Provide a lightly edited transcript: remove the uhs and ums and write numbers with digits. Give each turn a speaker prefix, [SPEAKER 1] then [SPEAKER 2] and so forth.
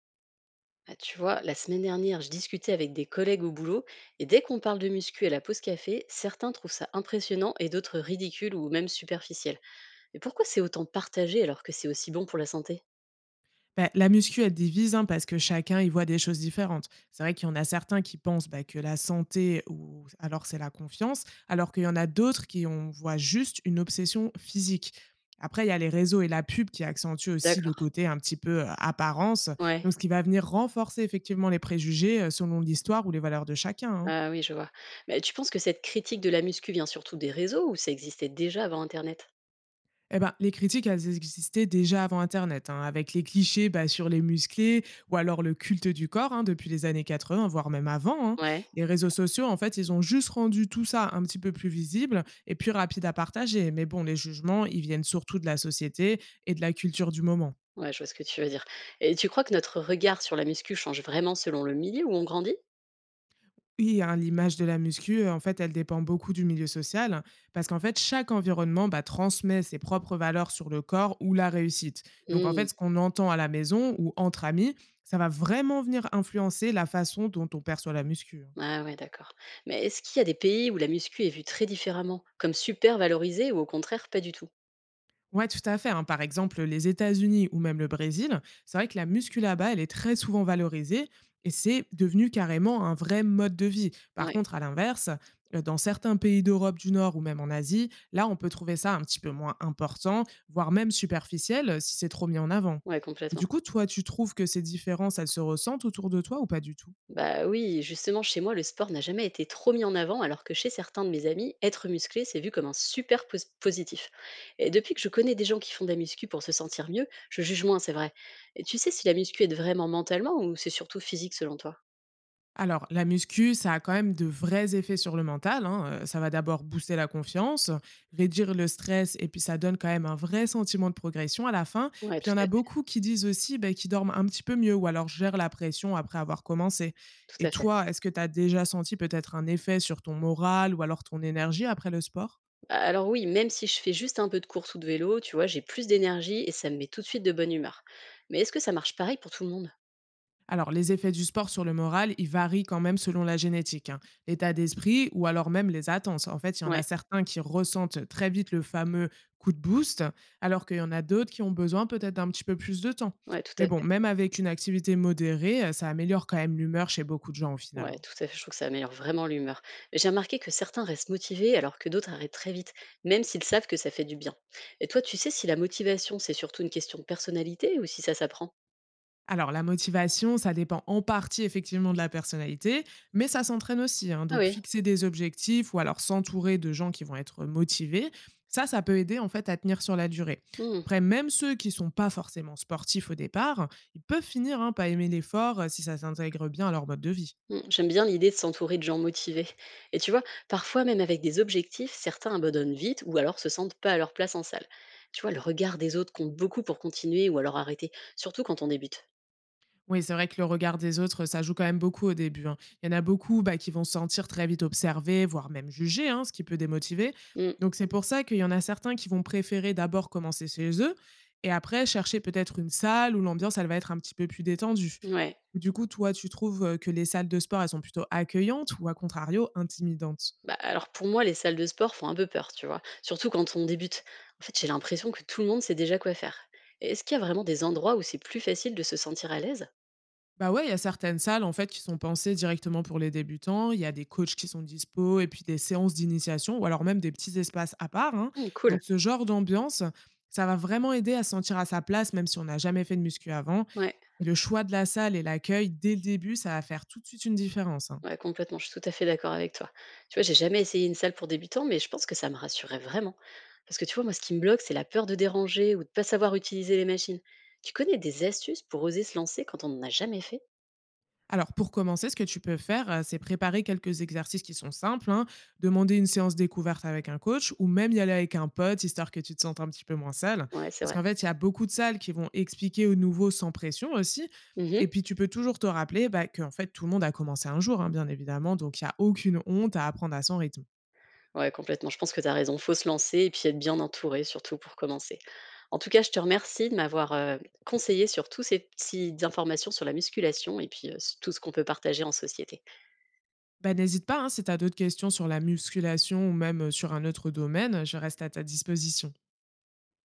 [SPEAKER 1] Ah, tu vois, la semaine dernière, je discutais avec des collègues au boulot, et dès qu'on parle de muscu à la pause café, certains trouvent ça impressionnant et d'autres ridicule ou même superficiel. Mais pourquoi c'est autant partagé alors que c'est aussi bon pour la santé?
[SPEAKER 2] Bah, la muscu, elle divise, hein, parce que chacun y voit des choses différentes. C'est vrai qu'il y en a certains qui pensent bah, que la santé, ou alors c'est la confiance, alors qu'il y en a d'autres qui on voit juste une obsession physique. Après, il y a les réseaux et la pub qui accentuent aussi le
[SPEAKER 1] D'accord.
[SPEAKER 2] côté un petit peu apparence,
[SPEAKER 1] Ouais.
[SPEAKER 2] donc ce qui va venir renforcer effectivement les préjugés selon l'histoire ou les valeurs de chacun, hein.
[SPEAKER 1] Ah oui, je vois. Mais tu penses que cette critique de la muscu vient surtout des réseaux ou ça existait déjà avant Internet?
[SPEAKER 2] Eh ben, les critiques, elles existaient déjà avant Internet, hein, avec les clichés bah, sur les musclés ou alors le culte du corps hein, depuis les années 80, voire même avant, hein.
[SPEAKER 1] Ouais.
[SPEAKER 2] Les réseaux sociaux, en fait, ils ont juste rendu tout ça un petit peu plus visible et plus rapide à partager. Mais bon, les jugements, ils viennent surtout de la société et de la culture du moment.
[SPEAKER 1] Ouais, je vois ce que tu veux dire. Et tu crois que notre regard sur la muscu change vraiment selon le milieu où on grandit?
[SPEAKER 2] Oui, hein, l'image de la muscu, en fait, elle dépend beaucoup du milieu social, hein, parce qu'en fait, chaque environnement, bah, transmet ses propres valeurs sur le corps ou la réussite. Donc en fait, ce qu'on entend à la maison ou entre amis, ça va vraiment venir influencer la façon dont on perçoit la muscu, hein.
[SPEAKER 1] Ah ouais, d'accord. Mais est-ce qu'il y a des pays où la muscu est vue très différemment, comme super valorisée ou au contraire pas du tout?
[SPEAKER 2] Ouais, tout à fait, hein. Par exemple, les États-Unis ou même le Brésil, c'est vrai que la musculaba, elle est très souvent valorisée et c'est devenu carrément un vrai mode de vie. Par
[SPEAKER 1] Ouais,
[SPEAKER 2] contre, à l'inverse, dans certains pays d'Europe du Nord ou même en Asie, là, on peut trouver ça un petit peu moins important, voire même superficiel si c'est trop mis en avant.
[SPEAKER 1] ouais,
[SPEAKER 2] Et
[SPEAKER 1] complètement.
[SPEAKER 2] du coup, toi, tu trouves que ces différences, elles se ressentent autour de toi ou pas du tout?
[SPEAKER 1] Bah oui, justement, chez moi, le sport n'a jamais été trop mis en avant, alors que chez certains de mes amis, être musclé, c'est vu comme un super positif. Et depuis que je connais des gens qui font de la muscu pour se sentir mieux, je juge moins, c'est vrai. Et tu sais si la muscu aide vraiment mentalement ou c'est surtout physique selon toi?
[SPEAKER 2] Alors, la muscu, ça a quand même de vrais effets sur le mental, hein. Ça va d'abord booster la confiance, réduire le stress, et puis ça donne quand même un vrai sentiment de progression à la fin.
[SPEAKER 1] Ouais,
[SPEAKER 2] Puis
[SPEAKER 1] tout
[SPEAKER 2] il y en
[SPEAKER 1] à
[SPEAKER 2] a
[SPEAKER 1] fait,
[SPEAKER 2] beaucoup qui disent aussi ben, qu'ils dorment un petit peu mieux ou alors gèrent la pression après avoir commencé.
[SPEAKER 1] tout
[SPEAKER 2] Et
[SPEAKER 1] à fait.
[SPEAKER 2] toi, est-ce que tu as déjà senti peut-être un effet sur ton moral ou alors ton énergie après le sport?
[SPEAKER 1] Alors oui, même si je fais juste un peu de course ou de vélo, tu vois, j'ai plus d'énergie et ça me met tout de suite de bonne humeur. Mais est-ce que ça marche pareil pour tout le monde?
[SPEAKER 2] Alors, les effets du sport sur le moral, ils varient quand même selon la génétique, hein, l'état d'esprit ou alors même les attentes. En fait, il y en a
[SPEAKER 1] Ouais,
[SPEAKER 2] certains qui ressentent très vite le fameux coup de boost, alors qu'il y en a d'autres qui ont besoin peut-être d'un petit peu plus de temps.
[SPEAKER 1] ouais, tout
[SPEAKER 2] Mais
[SPEAKER 1] à
[SPEAKER 2] bon,
[SPEAKER 1] fait.
[SPEAKER 2] même avec une activité modérée, ça améliore quand même l'humeur chez beaucoup de gens au final,
[SPEAKER 1] Ouais,
[SPEAKER 2] hein.
[SPEAKER 1] tout à fait. Je trouve que ça améliore vraiment l'humeur. J'ai remarqué que certains restent motivés alors que d'autres arrêtent très vite, même s'ils savent que ça fait du bien. Et toi, tu sais si la motivation, c'est surtout une question de personnalité ou si ça s'apprend?
[SPEAKER 2] Alors, la motivation, ça dépend en partie effectivement de la personnalité, mais ça s'entraîne aussi, hein.
[SPEAKER 1] Ah
[SPEAKER 2] Donc,
[SPEAKER 1] oui.
[SPEAKER 2] fixer des objectifs ou alors s'entourer de gens qui vont être motivés, ça peut aider en fait à tenir sur la durée. Après, même ceux qui sont pas forcément sportifs au départ, ils peuvent finir hein, par aimer l'effort si ça s'intègre bien à leur mode de vie.
[SPEAKER 1] Mmh, j'aime bien l'idée de s'entourer de gens motivés. Et tu vois, parfois même avec des objectifs, certains abandonnent vite ou alors se sentent pas à leur place en salle. Tu vois, le regard des autres compte beaucoup pour continuer ou alors arrêter, surtout quand on débute.
[SPEAKER 2] Oui, c'est vrai que le regard des autres, ça joue quand même beaucoup au début, hein. Il y en a beaucoup, bah, qui vont se sentir très vite observés, voire même jugés, hein, ce qui peut démotiver.
[SPEAKER 1] Mmh,
[SPEAKER 2] Donc c'est pour ça qu'il y en a certains qui vont préférer d'abord commencer chez eux et après chercher peut-être une salle où l'ambiance, elle va être un petit peu plus détendue.
[SPEAKER 1] ouais.
[SPEAKER 2] Du coup, toi, tu trouves que les salles de sport, elles sont plutôt accueillantes ou à contrario intimidantes?
[SPEAKER 1] Bah, alors pour moi, les salles de sport font un peu peur, tu vois, surtout quand on débute. En fait, j'ai l'impression que tout le monde sait déjà quoi faire. Est-ce qu'il y a vraiment des endroits où c'est plus facile de se sentir à l'aise?
[SPEAKER 2] Bah, ouais, il y a certaines salles, en fait, qui sont pensées directement pour les débutants. Il y a des coachs qui sont dispo et puis des séances d'initiation ou alors même des petits espaces à part, hein.
[SPEAKER 1] Mmh, cool.
[SPEAKER 2] Donc ce genre d'ambiance, ça va vraiment aider à se sentir à sa place même si on n'a jamais fait de muscu avant.
[SPEAKER 1] Ouais.
[SPEAKER 2] Et le choix de la salle et l'accueil dès le début, ça va faire tout de suite une différence, hein.
[SPEAKER 1] Ouais, complètement, je suis tout à fait d'accord avec toi. Tu vois, j'ai jamais essayé une salle pour débutants, mais je pense que ça me rassurerait vraiment. Parce que tu vois, moi, ce qui me bloque, c'est la peur de déranger ou de pas savoir utiliser les machines. Tu connais des astuces pour oser se lancer quand on n'en a jamais fait?
[SPEAKER 2] Alors, pour commencer, ce que tu peux faire, c'est préparer quelques exercices qui sont simples, hein. Demander une séance découverte avec un coach ou même y aller avec un pote, histoire que tu te sentes un petit peu moins seul.
[SPEAKER 1] Ouais, c'est
[SPEAKER 2] Parce
[SPEAKER 1] vrai.
[SPEAKER 2] qu'en fait, il y a beaucoup de salles qui vont expliquer aux nouveaux sans pression aussi
[SPEAKER 1] Mhm.
[SPEAKER 2] et puis, tu peux toujours te rappeler, bah, qu'en fait, tout le monde a commencé un jour, hein, bien évidemment, donc il y a aucune honte à apprendre à son rythme.
[SPEAKER 1] Ouais, complètement. Je pense que tu as raison. Faut se lancer et puis être bien entouré, surtout pour commencer. En tout cas, je te remercie de m'avoir conseillé sur toutes ces petites informations sur la musculation et puis tout ce qu'on peut partager en société.
[SPEAKER 2] Bah, n'hésite pas, hein, si tu as d'autres questions sur la musculation ou même, sur un autre domaine, je reste à ta disposition.